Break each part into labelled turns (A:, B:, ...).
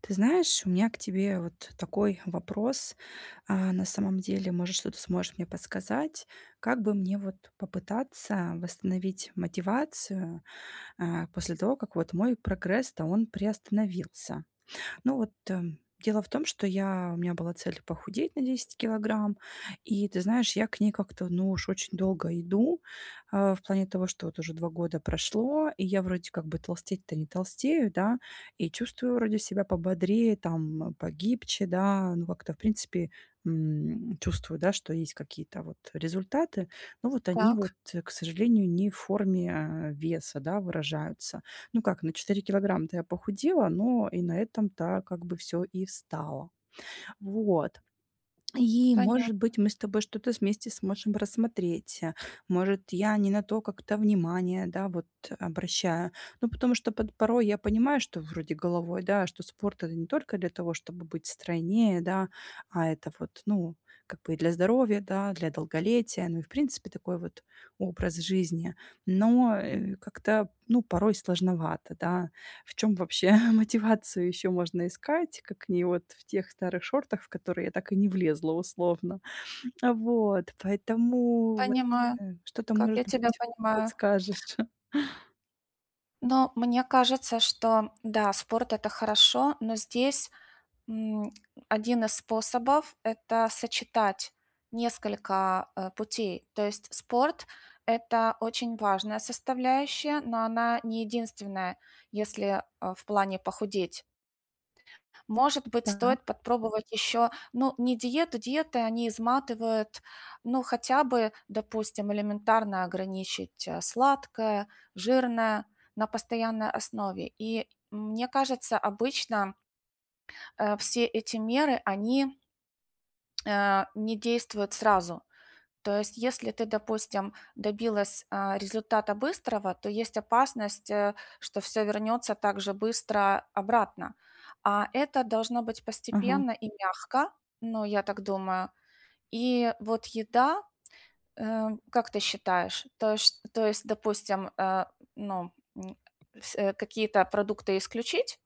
A: Ты знаешь, у меня к тебе вот такой вопрос. На самом деле, может, что-то сможешь мне подсказать. Как бы мне вот попытаться восстановить мотивацию, после того, как вот мой прогресс-то он приостановился? Ну вот, дело в том, что я у меня была цель похудеть на 10 килограмм. И ты знаешь, я к ней как-то, ну уж очень долго иду, в плане того, что вот уже 2 года прошло, и я вроде как бы толстеть-то не толстею, да, и чувствую вроде себя пободрее, там, погибче, да, ну как-то в принципе, чувствую, да, что есть какие-то вот результаты, но вот они вот,
B: Так,
A: к сожалению, не в форме, а, веса, да, выражаются. Ну как, на 4 килограмма-то я похудела, но и на этом-то как бы все и встало. Вот. И, может
B: понятно.
A: быть, мы с тобой что-то вместе сможем рассмотреть. Может, я не на то как-то внимание, да, вот обращаю. Ну, потому что под порой я понимаю, что вроде головой, да, что спорт- это не только для того, чтобы быть стройнее, да, а это вот, ну, как бы и для здоровья, да, для долголетия, ну и, в принципе, такой вот образ жизни. Но, как-то, ну, порой сложновато, да. В чем вообще мотивацию еще можно искать, как не вот в тех старых шортах, в которые я так и не влезла условно. Вот, поэтому вот,
B: Понимаю,
A: что-то,
B: как
A: может
B: я тебя
A: быть,
B: понимаю.
A: подскажешь.
B: Но мне кажется, что да, спорт это хорошо, но здесь, м, один из способов- это сочетать несколько, путей. То есть спорт- это очень важная составляющая, но она не единственная, если, в плане похудеть. Может быть,
A: Так,
B: стоит подпробовать еще, ну, не диету, диеты, они изматывают, ну, хотя бы, допустим, элементарно ограничить сладкое, жирное на постоянной основе. И мне кажется, обычно все эти меры, они не действуют сразу. То есть, если ты, допустим, добилась, результата быстрого, то есть опасность, что все вернется так же быстро обратно. А это должно быть
A: ага.
B: постепенно и мягко, ну, я так думаю. И вот еда, э, как ты считаешь, то есть, допустим, ну, какие-то продукты исключить,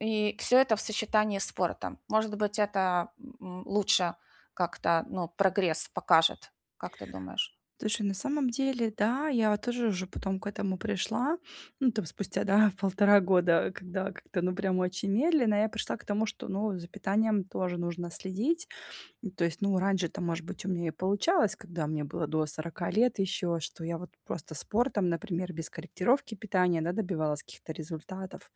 B: и все это в сочетании с спортом. Может быть, это, лучше как-то, ну, прогресс покажет. Как ты думаешь?
A: Слушай, на самом деле, да, я тоже уже потом к этому пришла. Ну, там спустя, да, 1,5 года, когда как-то, ну, прям очень медленно я пришла к тому, что, ну, за питанием тоже нужно следить. Ну, то есть, ну, раньше-то, может быть, у меня и получалось, когда мне было до 40 лет еще, что я вот просто спортом, например, без корректировки питания, да, добивалась каких-то результатов.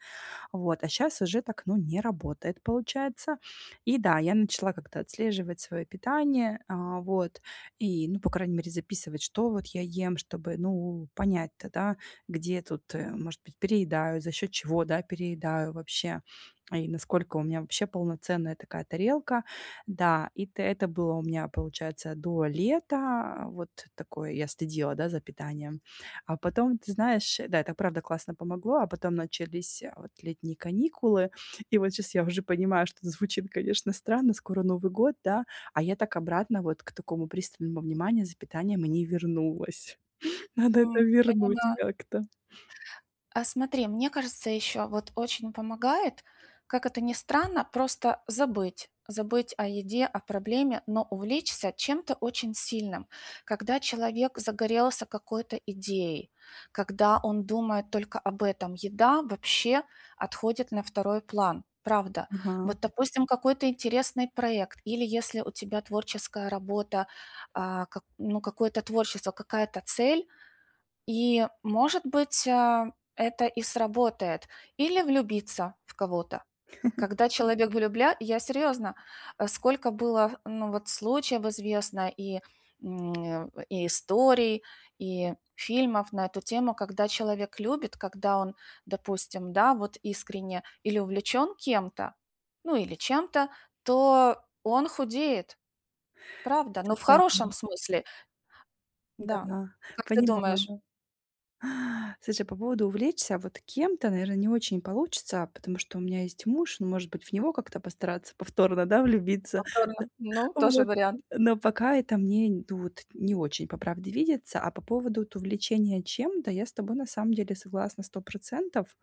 A: Вот, а сейчас уже так, ну, не работает, получается. И да, я начала как-то отслеживать свое питание, вот, и, ну, по крайней мере, записывать, что вот я ем, чтобы, ну, понять-то, да, где тут, может быть, переедаю, за счет чего, да, переедаю вообще, и насколько у меня вообще полноценная такая тарелка. Да, и т это было у меня, получается, до лета. Вот такое я следила, да, за питанием. А потом, ты знаешь, да, это правда классно помогло, а потом начались вот летние каникулы, и вот сейчас я уже понимаю, что это звучит, конечно, странно, скоро Новый год, да, а я так обратно вот к такому пристальному вниманию за питанием и не вернулась. Надо это вернуть
B: Поняла.
A: как-то.
B: А смотри, мне кажется, еще вот очень помогает, как это ни странно, просто забыть. Забыть о еде, о проблеме, но увлечься чем-то очень сильным. Когда человек загорелся какой-то идеей, когда он думает только об этом, еда вообще отходит на второй план. Правда.
A: Ага,
B: Вот, допустим, какой-то интересный проект, или если у тебя творческая работа, как- ну, какое-то творчество, какая-то цель, и, может быть, это и сработает. Или влюбиться в кого-то. Когда человек влюбля я серьезно, сколько было, ну, вот случаев известно и, и историй, и фильмов на эту тему, когда человек любит, когда он, допустим, да, вот искренне или увлечен кем-то, ну, или чем-то, то он худеет, правда,
A: т
B: но в
A: да,
B: хорошем смысле, да.
A: да,
B: Как ты думаешь?
A: понимаю. Слушай, по поводу увлечься вот кем-то, наверное, не очень получится, потому что у меня есть муж, ну, может быть, в него как-то постараться повторно, да, влюбиться. Да.
B: Повторно. Ну, тоже
A: Вот.
B: вариант.
A: Но пока это мне, ну, вот не очень, по правде, видится. А по поводу вот увлечения чем-то, я с тобой на самом деле согласна 100%.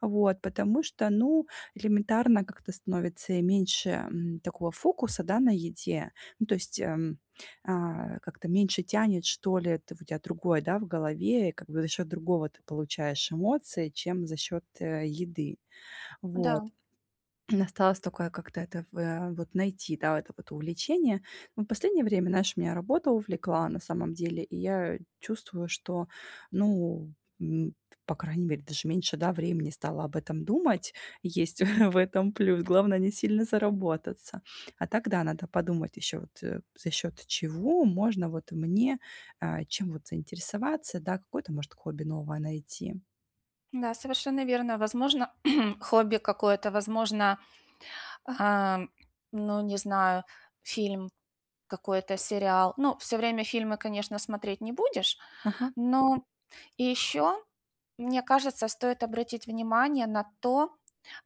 A: Вот, потому что, ну, элементарно как-то становится меньше такого фокуса, да, на еде. Ну, то есть как-то меньше тянет, что ли, ты у тебя другое, да, в голове, и как бы за счет другого ты получаешь эмоции, чем за счет, еды. Вот.
B: Да,
A: Осталось такое как-то это вот найти, да, это вот увлечение. Ну, в последнее время, знаешь, меня работа увлекла на самом деле, и я чувствую, что, ну, м, по крайней мере, даже меньше, да, времени стала об этом думать. Есть в этом плюс. Главное, не сильно заработаться. А тогда надо подумать еще вот за счет чего можно вот мне, чем вот заинтересоваться, да, какое-то, может, хобби новое найти.
B: да, совершенно верно. Возможно, хобби какое-то, возможно, а, ну, не знаю, фильм какой-то, сериал. Ну, все время фильмы, конечно, смотреть не будешь,
A: Ага.
B: но еще мне кажется, стоит обратить внимание на то,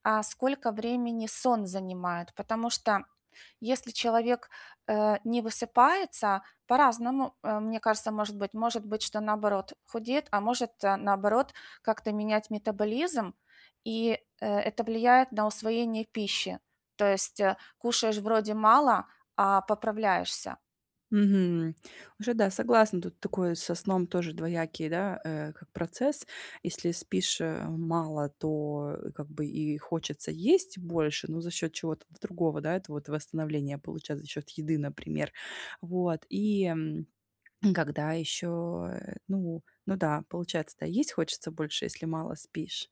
B: сколько времени сон занимает, потому что если человек не высыпается, по-разному, мне кажется, может быть, что наоборот худеет, а может наоборот как-то менять метаболизм, и это влияет на усвоение пищи. То есть кушаешь вроде мало, а поправляешься.
A: Мгм. Уже да, согласна, тут такое со сном тоже двоякий, да, как процесс. Если спишь, мало, то, как бы и хочется есть больше, но за счет чего-то другого, да, это вот восстановление получать за счет еды, например. Вот и, когда еще, ну да, получается да, есть хочется больше, если мало спишь.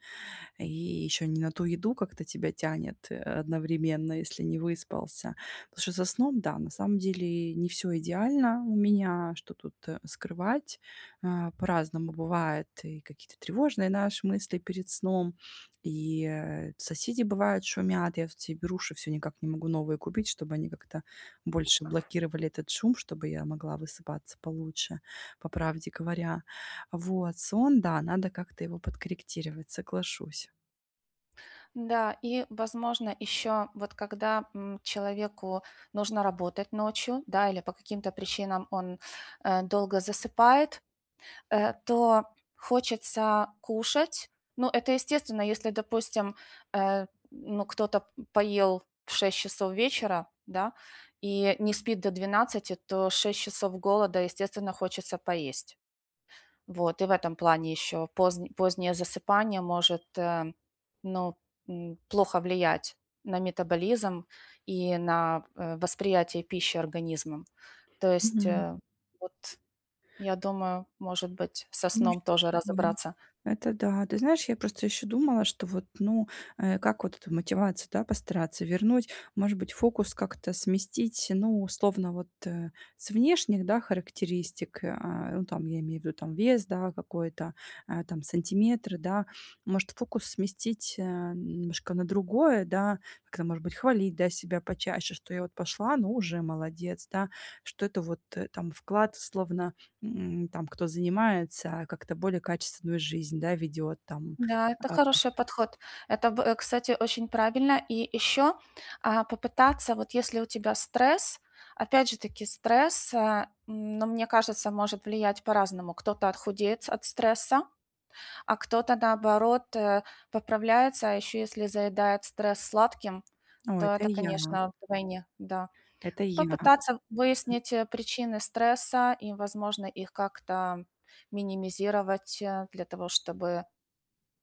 A: И еще не на ту еду как-то тебя тянет, одновременно, если не выспался. Потому что со сном, да, на самом деле не все идеально у меня, что тут, скрывать. По-разному бывает. И какие-то тревожные наши мысли перед сном, и, соседи бывают шумят. Я вот себе беруши все никак не могу новые купить, чтобы они как-то больше блокировали этот шум, чтобы я могла высыпаться получше, по правде говоря. Вот, сон, да, надо как-то его подкорректировать, соглашусь.
B: Да, и, возможно, еще вот когда человеку нужно работать ночью, да, или по каким-то причинам он долго засыпает, то хочется кушать. Ну, это естественно, если, допустим, ну, кто-то поел в 6 часов вечера, да, и не спит до двенадцати, то 6 часов голода, естественно, хочется поесть. Вот, и в этом плане еще позднее засыпание может, ну, плохо влиять на метаболизм и на, восприятие пищи организмом. То есть,
A: Мгм.
B: вот я думаю, может быть, со
A: Может,
B: сном тоже
A: такое.
B: разобраться.
A: Это да. Ты знаешь, я просто еще думала, что вот, ну, как вот эту мотивацию, да, постараться вернуть, может быть, фокус как-то сместить, ну, условно, вот с внешних, да, характеристик, ну, там, я имею в виду, там, вес, да, какой-то, там, сантиметры, да, может, фокус сместить немножко на другое, да, как-то, может быть, хвалить, да, себя почаще, что я вот пошла, ну, уже молодец, да, что это вот там вклад, словно, там кто занимается, а как-то более качественную жизнь, да, ведет там.
B: Да, это
A: Вот.
B: хороший подход. Это, кстати, очень правильно. И еще, попытаться, вот если у тебя стресс, опять же таки стресс, но мне кажется, может влиять по-разному. Кто-то отхудеет от стресса, а кто-то, наоборот, поправляется, а еще если заедает стресс сладким,
A: "О,
B: то
A: это
B: это,
A: я,
B: конечно, вдвойне, да.
A: это я".
B: Попытаться выяснить, причины стресса и, возможно, их как-то минимизировать, для того, чтобы,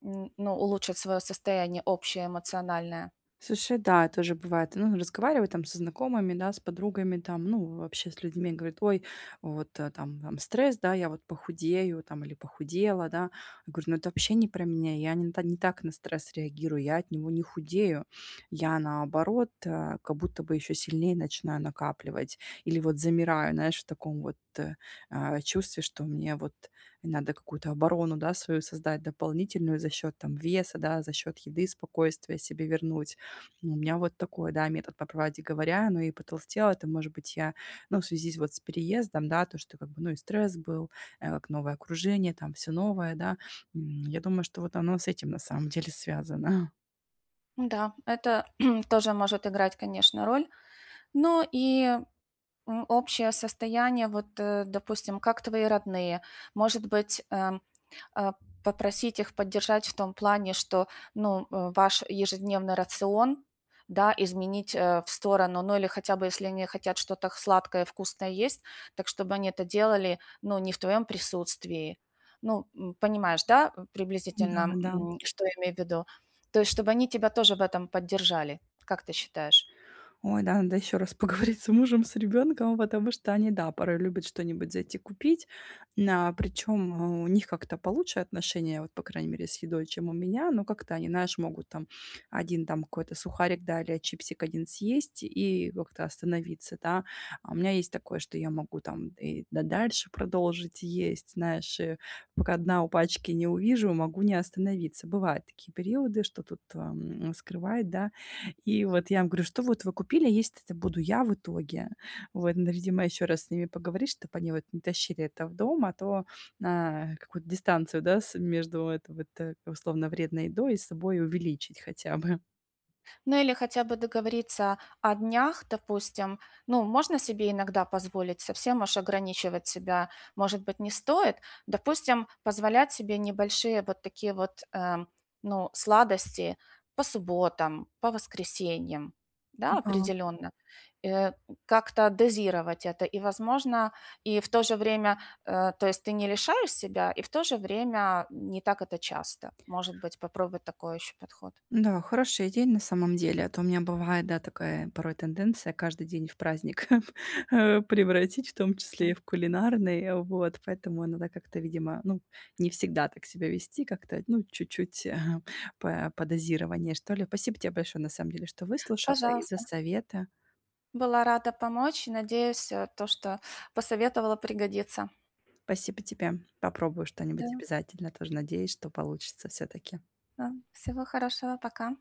B: н ну, улучшить свое состояние общее эмоциональное.
A: Слушай, да, тоже бывает. Ну, разговариваю там со знакомыми, да, с подругами, там, ну, вообще с людьми, говорит, ой, вот там стресс, да, я вот похудею, там, или похудела, да. Я говорю, ну, это вообще не про меня, я не, та- не так на стресс реагирую, я от него не худею, я, наоборот, как будто бы еще сильнее начинаю накапливать, или вот замираю, знаешь, в таком вот чувстве, что мне вот надо какую-то оборону, да, свою создать дополнительную за счет там веса, да, за счет еды, спокойствия себе вернуть. Ну, у меня вот такой, да, метод, по правде говоря. Ну и потолстела это, может быть, я, ну, в связи с вот с переездом, да, то, что как бы, ну, и стресс был, как новое окружение, там все новое, да. Я думаю, что вот оно с этим на самом деле связано.
B: Да, это тоже может играть, конечно, роль. Ну и, общее состояние, вот, допустим, как твои родные. Может быть, а, попросить их поддержать в том плане, что, ну, ваш ежедневный рацион, да, изменить в сторону, ну или хотя бы, если они хотят что-то сладкое, вкусное есть, так чтобы они это делали, ну, не в твоем присутствии. Ну, понимаешь, да,
A: Да,
B: приблизительно,
A: да.
B: что я имею в виду? То есть, чтобы они тебя тоже в этом поддержали. Как ты считаешь?
A: Ой, да, надо еще раз поговорить с мужем, с ребенком, потому что они, да, порой любят что-нибудь зайти купить. На, причем у них как-то получше отношения, вот, по крайней мере, с едой, чем у меня, но как-то они, знаешь, могут там один там какой-то сухарик, да, или чипсик один съесть и как-то остановиться, да. А у меня есть такое, что я могу там и дальше продолжить есть, знаешь, и пока дна у пачки не увижу, могу не остановиться. Бывают такие периоды, что тут скрывает, да, и вот я им говорю: "Что вот вы купили, а есть это буду я в итоге". Вот, надо, видимо, еще раз с ними поговорить, чтобы они вот не тащили это в дом, а то, какую-то дистанцию, да, с между это вот, условно вредной едой и собой увеличить хотя бы.
B: Ну или хотя бы договориться о днях, допустим. Ну, можно себе иногда позволить, совсем уж ограничивать себя, может быть, не стоит. Допустим, позволять себе небольшие вот такие вот, ну, сладости по субботам, по воскресеньям, да, определенно. Э, как-то дозировать это. И, возможно, и в то же время, то есть ты не лишаешь себя, и в то же время не так это часто. Может быть, попробовать такой еще подход.
A: Да, хорошая идея на самом деле. А то у меня бывает, да, такая порой тенденция каждый день в праздник превратить, в том числе и
B: М.
A: в кулинарный. Вот, поэтому надо как-то, видимо, ну, не всегда так себя вести, как-то, ну, чуть-чуть по дозированию, что ли. Спасибо тебе большое, на самом деле, что выслушала и за
B: Пожалуйста.
A: советы.
B: Была рада помочь. Надеюсь, то, что посоветовала, пригодится.
A: Спасибо тебе. Попробую
B: Да,
A: что-нибудь обязательно. Тоже надеюсь, что получится все-таки.
B: да. Всего хорошего. Пока.